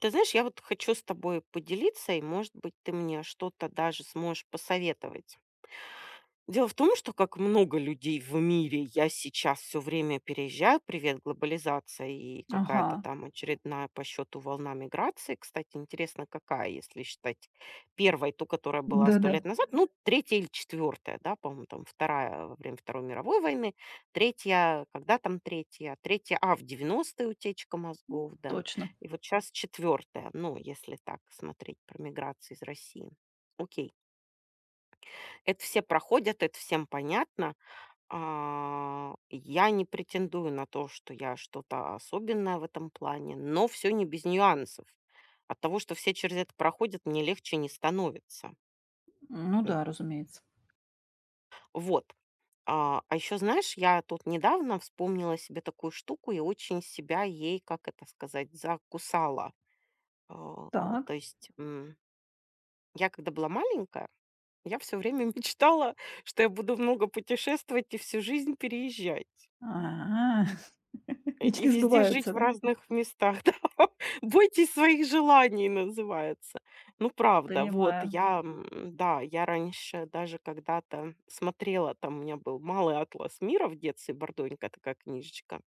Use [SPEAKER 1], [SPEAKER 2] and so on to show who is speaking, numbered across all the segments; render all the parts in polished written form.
[SPEAKER 1] Ты знаешь, я вот хочу с тобой поделиться, и, может быть, ты мне что-то даже сможешь посоветовать. Дело в том, что как много людей в мире, я сейчас все время переезжаю. Привет, глобализация и
[SPEAKER 2] Ага,
[SPEAKER 1] какая-то там очередная по счету волна миграции. Кстати, интересно, какая, если считать первой, ту, которая была 100
[SPEAKER 2] да-да,
[SPEAKER 1] лет назад. Ну, третья или четвертая, да, по-моему, там вторая во время Второй мировой войны, третья, когда там третья, в 90-е утечка мозгов, да.
[SPEAKER 2] точно.
[SPEAKER 1] И вот сейчас четвертая, ну, если так смотреть про миграцию из России. Окей. Это все проходят, это всем понятно. Я не претендую на то, что я что-то особенное в этом плане, но все не без нюансов. От того, что все через это проходят, мне легче не становится.
[SPEAKER 2] Ну
[SPEAKER 1] М.
[SPEAKER 2] да, разумеется.
[SPEAKER 1] Вот. Еще, знаешь, я тут недавно вспомнила себе такую штуку и очень себя ей, как это сказать, закусала. А,
[SPEAKER 2] Так.
[SPEAKER 1] То есть я, когда была маленькая, я все время мечтала, что я буду много путешествовать и всю жизнь переезжать.
[SPEAKER 2] А.
[SPEAKER 1] И
[SPEAKER 2] Мечты
[SPEAKER 1] везде
[SPEAKER 2] сбываются,
[SPEAKER 1] жить в
[SPEAKER 2] да?
[SPEAKER 1] разных местах, да. «Бойтесь своих желаний» называется. Ну, правда, вот
[SPEAKER 2] Понимаю.
[SPEAKER 1] я, да, я раньше даже когда-то смотрела, там у меня был «Малый атлас мира» в детстве, бордонькая такая книжечка,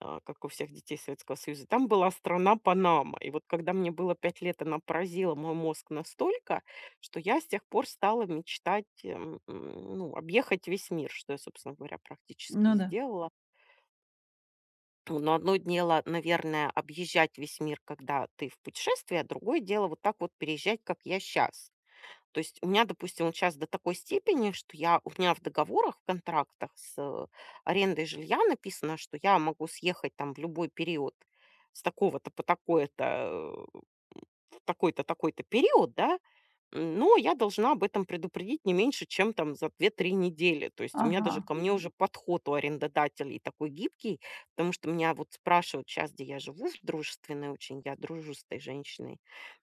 [SPEAKER 1] как у всех детей Советского Союза. Там была страна Панама. И вот когда мне было 5 лет, она поразила мой мозг настолько, что я с тех пор стала мечтать, ну, объехать весь мир, что я, собственно говоря, практически и
[SPEAKER 2] Ну да.
[SPEAKER 1] сделала. Но одно дело, наверное, объезжать весь мир, когда ты в путешествии, а другое дело вот так вот переезжать, как я сейчас. То есть у меня, допустим, вот сейчас до такой степени, что я, у меня в договорах, в контрактах с арендой жилья написано, что я могу съехать там в любой период с такого-то по такое-то в такой-то период, да, но я должна об этом предупредить не меньше, чем там за 2-3 недели. То есть у меня
[SPEAKER 2] Ага.
[SPEAKER 1] даже ко мне Мгм. Уже Мгм. Подход у арендодателей такой гибкий, потому что меня вот спрашивают сейчас, где я живу, в дружественной очень, я дружу с этой женщиной.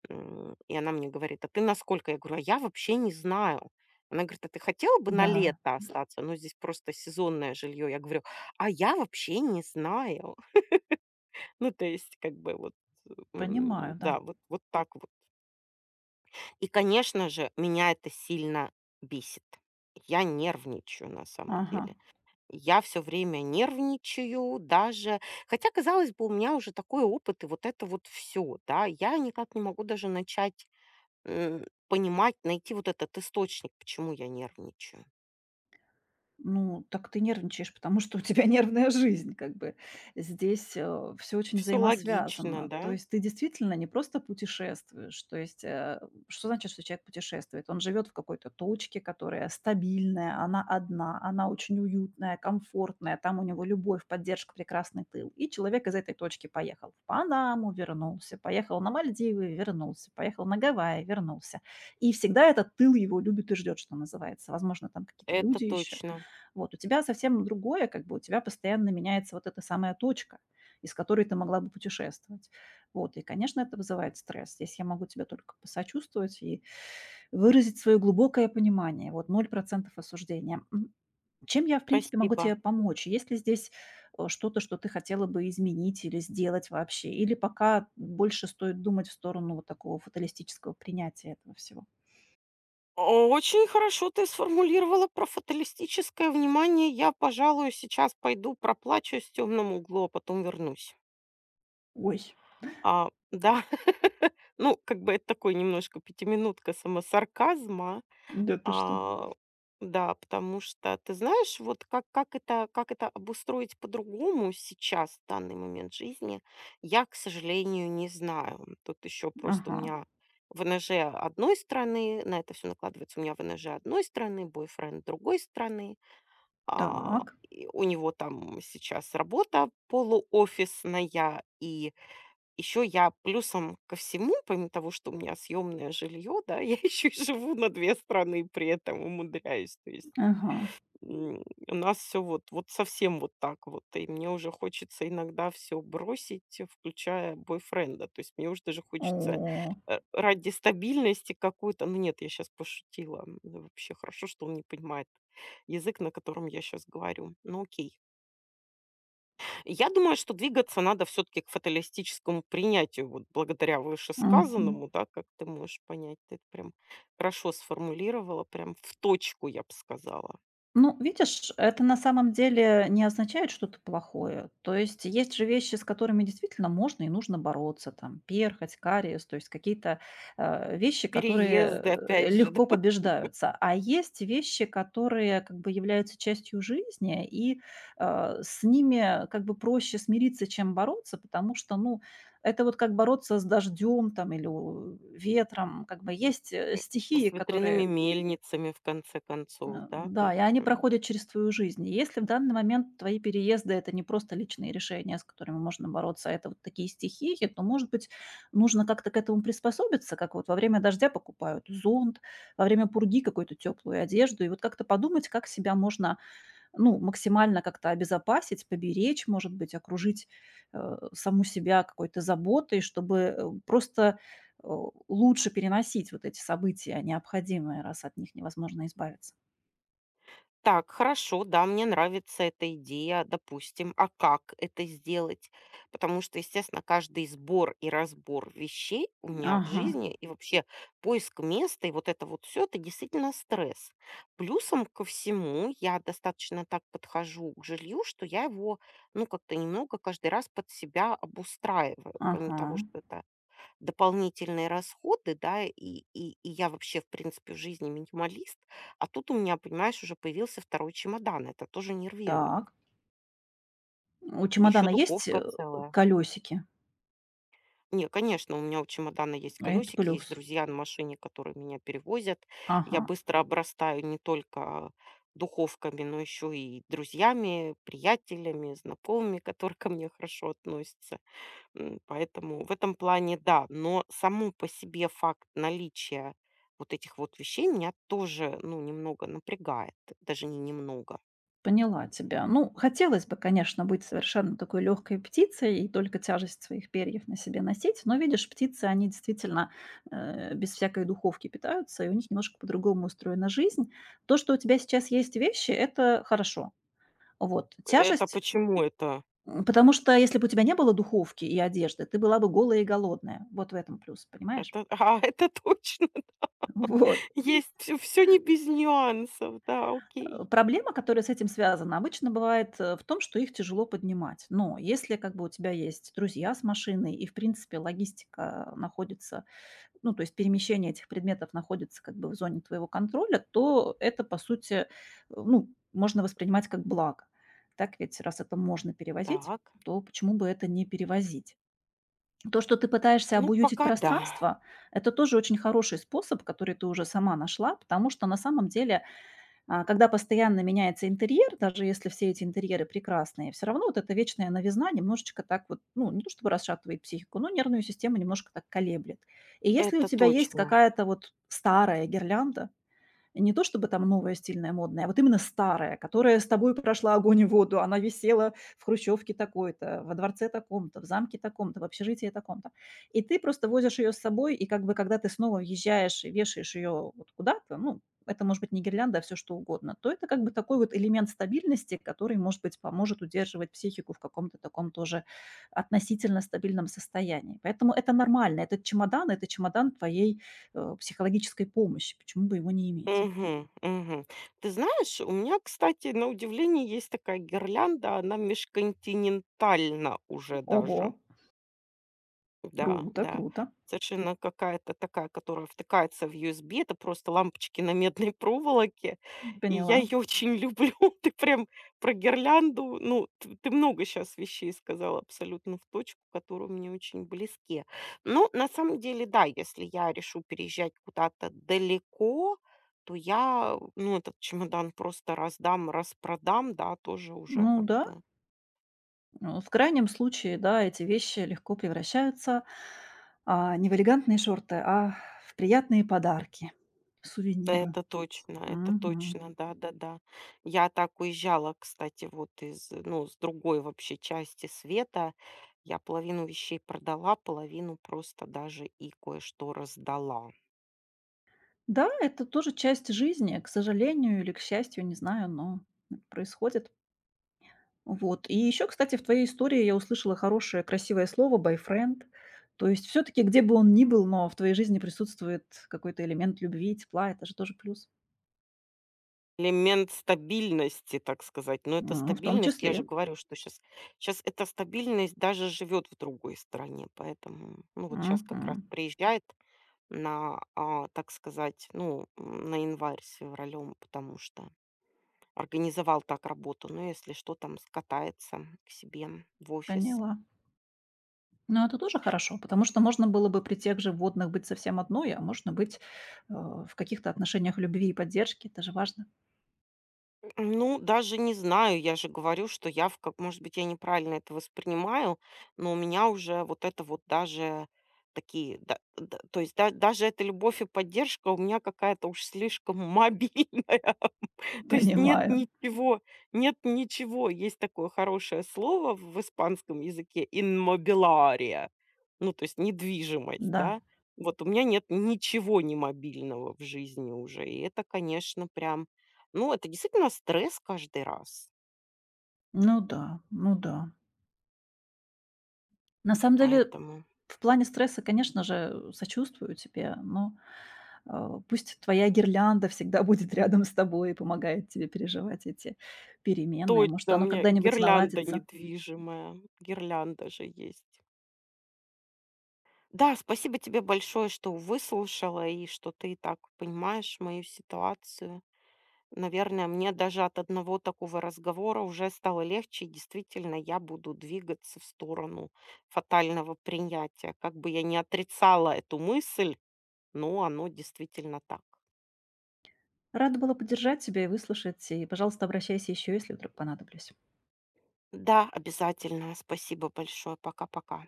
[SPEAKER 1] И она мне говорит, а ты насколько? Я говорю, а я вообще не знаю. Она говорит, а ты хотела бы на
[SPEAKER 2] Да.
[SPEAKER 1] лето остаться? Ну, здесь просто сезонное жилье. Я говорю, а я вообще не знаю. Ну, то есть, как бы вот,
[SPEAKER 2] Понимаю, да.
[SPEAKER 1] да, вот так вот. И, конечно же, меня это сильно бесит. Я нервничаю на самом
[SPEAKER 2] Ага.
[SPEAKER 1] деле. Я все время нервничаю даже, хотя, казалось бы, у меня уже такой опыт и вот это вот все, да, я никак не могу даже начать понимать, найти вот этот источник, почему я нервничаю.
[SPEAKER 2] Ну, так ты нервничаешь, потому что у тебя нервная жизнь, как бы. Здесь, все очень
[SPEAKER 1] Все логично,
[SPEAKER 2] взаимосвязано.
[SPEAKER 1] да,
[SPEAKER 2] То есть ты действительно не просто путешествуешь. То есть, что значит, что человек путешествует? Он живет в какой-то точке, которая стабильная, она одна, она очень уютная, комфортная, там у него любовь, поддержка, прекрасный тыл. И человек из этой точки поехал в Панаму, вернулся, поехал на Мальдивы, вернулся, поехал на Гавайи, вернулся. И всегда этот тыл его любит и ждет, что называется. Возможно, там какие-то
[SPEAKER 1] это
[SPEAKER 2] люди еще.
[SPEAKER 1] точно.
[SPEAKER 2] Вот, у тебя совсем другое, как бы у тебя постоянно меняется вот эта самая точка, из которой ты могла бы путешествовать. Вот, и, конечно, это вызывает стресс. Здесь я могу тебе только посочувствовать и выразить свое глубокое понимание. Вот ноль процентов осуждения. Чем я, в принципе, могу
[SPEAKER 1] Спасибо.
[SPEAKER 2] тебе помочь? Есть ли здесь что-то, что ты хотела бы изменить или сделать вообще? Или пока больше стоит думать в сторону вот такого фаталистического принятия этого всего?
[SPEAKER 1] Очень хорошо ты сформулировала про фаталистическое внимание. Я, пожалуй, сейчас пойду проплачусь в темном углу, а потом вернусь.
[SPEAKER 2] Ой,
[SPEAKER 1] Да, ну, как бы это такой немножко пятиминутка самосарказма,
[SPEAKER 2] да ты что?
[SPEAKER 1] а, да, потому что ты знаешь, вот как это обустроить по-другому сейчас, в данный момент жизни, я, к сожалению, не знаю. Тут еще просто у
[SPEAKER 2] Ага,
[SPEAKER 1] меня ВНЖ одной страны, на это все накладывается. У меня ВНЖ одной страны, бойфренд другой страны. А,
[SPEAKER 2] так,
[SPEAKER 1] и у него там сейчас работа полуофисная, и еще я плюсом ко всему, помимо того, что у меня съемное жилье, да, я еще и живу на 2 страны, при этом умудряюсь. То есть,
[SPEAKER 2] ага.
[SPEAKER 1] м, у нас все вот совсем вот так вот. И мне уже хочется иногда все бросить, включая бойфренда. То есть мне уже даже хочется,
[SPEAKER 2] О,
[SPEAKER 1] ради стабильности какую то ну нет, я сейчас пошутила. Вообще хорошо, что он не понимает язык, на котором я сейчас говорю. Ну окей. Я думаю, что двигаться надо все таки к фаталистическому принятию, вот благодаря
[SPEAKER 2] мгм.
[SPEAKER 1] вышесказанному, да, как ты можешь понять. Ты это прям хорошо сформулировала, прям в точку, я бы сказала.
[SPEAKER 2] Ну, видишь, это на самом деле не означает что-то плохое. То есть есть же вещи, с которыми действительно можно и нужно бороться. Там перхоть, кариес, то есть какие-то вещи, которые
[SPEAKER 1] Переезды, опять же, да,
[SPEAKER 2] легко побеждаются. А есть вещи, которые как бы являются частью жизни, и с ними как бы проще смириться, чем бороться, потому что, ну, это вот как бороться с дождем там или у- ветром. Как бы есть стихии,
[SPEAKER 1] с ветряными
[SPEAKER 2] которые
[SPEAKER 1] мельницами, в конце концов, да, то
[SPEAKER 2] Да, и
[SPEAKER 1] есть,
[SPEAKER 2] они
[SPEAKER 1] м.
[SPEAKER 2] проходят через твою жизнь. И если в данный момент твои переезды- это не просто личные решения, с которыми можно бороться, а это вот такие стихии, то, может быть, нужно как-то к этому приспособиться, как вот во время дождя покупают зонт, во время пурги какую-то теплую одежду, и вот как-то подумать, как себя можно, ну, максимально как-то обезопасить, поберечь, может быть, окружить, саму себя какой-то заботой, чтобы, просто, э, лучше переносить вот эти события необходимые, раз от них невозможно избавиться.
[SPEAKER 1] Так, хорошо, да, мне нравится эта идея, допустим. А как это сделать? Потому что, естественно, каждый сбор и разбор вещей у меня в
[SPEAKER 2] Ага,
[SPEAKER 1] жизни и вообще поиск места и вот это вот все, это действительно стресс. Плюсом ко всему, я достаточно так подхожу к жилью, что я его, ну, как-то немного каждый раз под себя обустраиваю, помимо
[SPEAKER 2] ага.
[SPEAKER 1] того, что это дополнительные расходы, да, и я вообще, в принципе, в жизни минималист, а тут у меня, понимаешь, уже появился второй чемодан, это тоже нервирует.
[SPEAKER 2] Так. У чемодана
[SPEAKER 1] Еще
[SPEAKER 2] есть,
[SPEAKER 1] духовка целая.
[SPEAKER 2] колёсики.
[SPEAKER 1] Не, конечно, у меня у чемодана есть
[SPEAKER 2] Это
[SPEAKER 1] колесики, есть
[SPEAKER 2] плюс.
[SPEAKER 1] друзья на машине, которые меня перевозят.
[SPEAKER 2] Ага,
[SPEAKER 1] Я быстро обрастаю не только духовками, но еще и друзьями, приятелями, знакомыми, которые ко мне хорошо относятся. Поэтому в этом плане да. Но само по себе факт наличия вот этих вот вещей меня тоже, ну, немного напрягает. Даже не немного.
[SPEAKER 2] поняла тебя. Ну, хотелось бы, конечно, быть совершенно такой легкой птицей и только тяжесть своих перьев на себе носить, но, видишь, птицы, они действительно, без всякой духовки питаются, и у них немножко по-другому устроена жизнь. То, что у тебя сейчас есть вещи- это хорошо. Вот.
[SPEAKER 1] Это
[SPEAKER 2] Тяжесть,
[SPEAKER 1] почему это?
[SPEAKER 2] потому что если бы у тебя не было духовки и одежды, ты была бы голая и голодная. Вот в этом плюс, понимаешь?
[SPEAKER 1] Это, это точно.
[SPEAKER 2] Вот.
[SPEAKER 1] Есть все не без нюансов. Да, окей.
[SPEAKER 2] Проблема, которая с этим связана, обычно бывает, в том, что их тяжело поднимать. Но если как бы у тебя есть друзья с машиной и, в принципе, логистика находится, ну, то есть перемещение этих предметов находится как бы в зоне твоего контроля, то это, по сути, ну, можно воспринимать как благо. Так ведь, раз это можно перевозить,
[SPEAKER 1] Так.
[SPEAKER 2] то почему бы это не перевозить? То, что ты пытаешься
[SPEAKER 1] Ну,
[SPEAKER 2] обуютить
[SPEAKER 1] пока да,
[SPEAKER 2] пространство, это тоже очень хороший способ, который ты уже сама нашла, потому что на самом деле когда постоянно меняется интерьер, даже если все эти интерьеры прекрасные, все равно вот эта вечная новизна немножечко так вот, ну, не то чтобы расшатывает психику, но нервную систему немножко так колеблет. И если у
[SPEAKER 1] это
[SPEAKER 2] тебя есть
[SPEAKER 1] точно.
[SPEAKER 2] какая-то вот старая гирлянда, не то чтобы там новая, стильная, модная, а вот именно старая, которая с тобой прошла огонь и воду. Она висела в хрущевке такой-то, во дворце таком-то, в замке таком-то, в общежитии таком-то. И ты просто возишь ее с собой, и как бы когда ты снова въезжаешь и вешаешь ее вот куда-то, ну, это может быть не гирлянда, а всё что угодно, то это как бы такой вот элемент стабильности, который, может быть, поможет удерживать психику в каком-то таком тоже относительно стабильном состоянии. Поэтому это нормально. Этот чемодан- это чемодан твоей, психологической помощи. Почему бы его не иметь?
[SPEAKER 1] Мгм, мгм. Ты знаешь, у меня, кстати, на удивление есть такая гирлянда, она межконтинентальна уже даже.
[SPEAKER 2] Ого,
[SPEAKER 1] Да,
[SPEAKER 2] круто,
[SPEAKER 1] да.
[SPEAKER 2] круто.
[SPEAKER 1] Совершенно какая-то такая, которая втыкается в USB. Это просто лампочки на медной проволоке. И я
[SPEAKER 2] Поняла.
[SPEAKER 1] ее очень люблю. Ты прям про гирлянду. Ну, ты много сейчас вещей сказала абсолютно в точку, которые мне очень близки. Ну, на самом деле, да, если я решу переезжать куда-то далеко, то я, ну, этот чемодан просто раздам, распродам, да, тоже уже
[SPEAKER 2] Ну
[SPEAKER 1] как
[SPEAKER 2] да,
[SPEAKER 1] бы.
[SPEAKER 2] ну, в крайнем случае, да, эти вещи легко превращаются не в элегантные шорты, а в приятные подарки, сувениры.
[SPEAKER 1] Это
[SPEAKER 2] Мгм.
[SPEAKER 1] точно, да-да-да. Я так уезжала, кстати, вот из, ну, с другой вообще части света. Я половину вещей продала, половину просто даже и кое-что раздала.
[SPEAKER 2] Да, это тоже часть жизни, к сожалению или к счастью, не знаю, но это происходит. Вот. И еще, кстати, в твоей истории я услышала хорошее, красивое слово «байфренд». То есть все-таки, где бы он ни был, но в твоей жизни присутствует какой-то элемент любви, тепла, это же тоже плюс.
[SPEAKER 1] Элемент стабильности, так сказать. Но эта
[SPEAKER 2] В том
[SPEAKER 1] стабильность, я же
[SPEAKER 2] числе.
[SPEAKER 1] говорю, что сейчас, сейчас эта стабильность даже живет в другой стране. Поэтому, ну, вот сейчас как раз
[SPEAKER 2] Мгм.
[SPEAKER 1] приезжает на, так сказать, ну, на январь с февралем, потому что организовал так работу, ну, если что, там скатается к себе в офис.
[SPEAKER 2] Поняла. Но это тоже хорошо, потому что можно было бы при тех же водных быть совсем одной, а можно быть, в каких-то отношениях любви и поддержки. Это же важно.
[SPEAKER 1] Ну, даже не знаю, я же говорю, что я в как может быть, я неправильно это воспринимаю, но у меня уже вот это вот даже такие, да, да, то есть даже эта любовь и поддержка у меня какая-то уж слишком мобильная. То есть нет
[SPEAKER 2] Понимаю.
[SPEAKER 1] ничего нет ничего. Есть такое хорошее слово в испанском языке «инмобилария», ну, то есть недвижимость,
[SPEAKER 2] Да.
[SPEAKER 1] да. Вот у меня нет ничего не мобильного в жизни уже, и это, конечно, прям, ну, это действительно стресс каждый раз,
[SPEAKER 2] Ну да, ну да. На самом деле,
[SPEAKER 1] поэтому.
[SPEAKER 2] в плане стресса, конечно же, сочувствую тебе, но, пусть твоя гирлянда всегда будет рядом с тобой и помогает тебе переживать эти переменные. Может,
[SPEAKER 1] Точно, у
[SPEAKER 2] оно
[SPEAKER 1] меня
[SPEAKER 2] когда-нибудь
[SPEAKER 1] гирлянда
[SPEAKER 2] наладится.
[SPEAKER 1] недвижимая, гирлянда же есть. Да, спасибо тебе большое, что выслушала и что ты и так понимаешь мою ситуацию. Наверное, мне даже от одного такого разговора уже стало легче. И действительно, я буду двигаться в сторону фатального принятия. Как бы я не отрицала эту мысль, но оно действительно так.
[SPEAKER 2] Рада была поддержать тебя и выслушать. И, пожалуйста, обращайся еще, если вдруг понадоблюсь.
[SPEAKER 1] Да, обязательно. Спасибо большое. Пока-пока.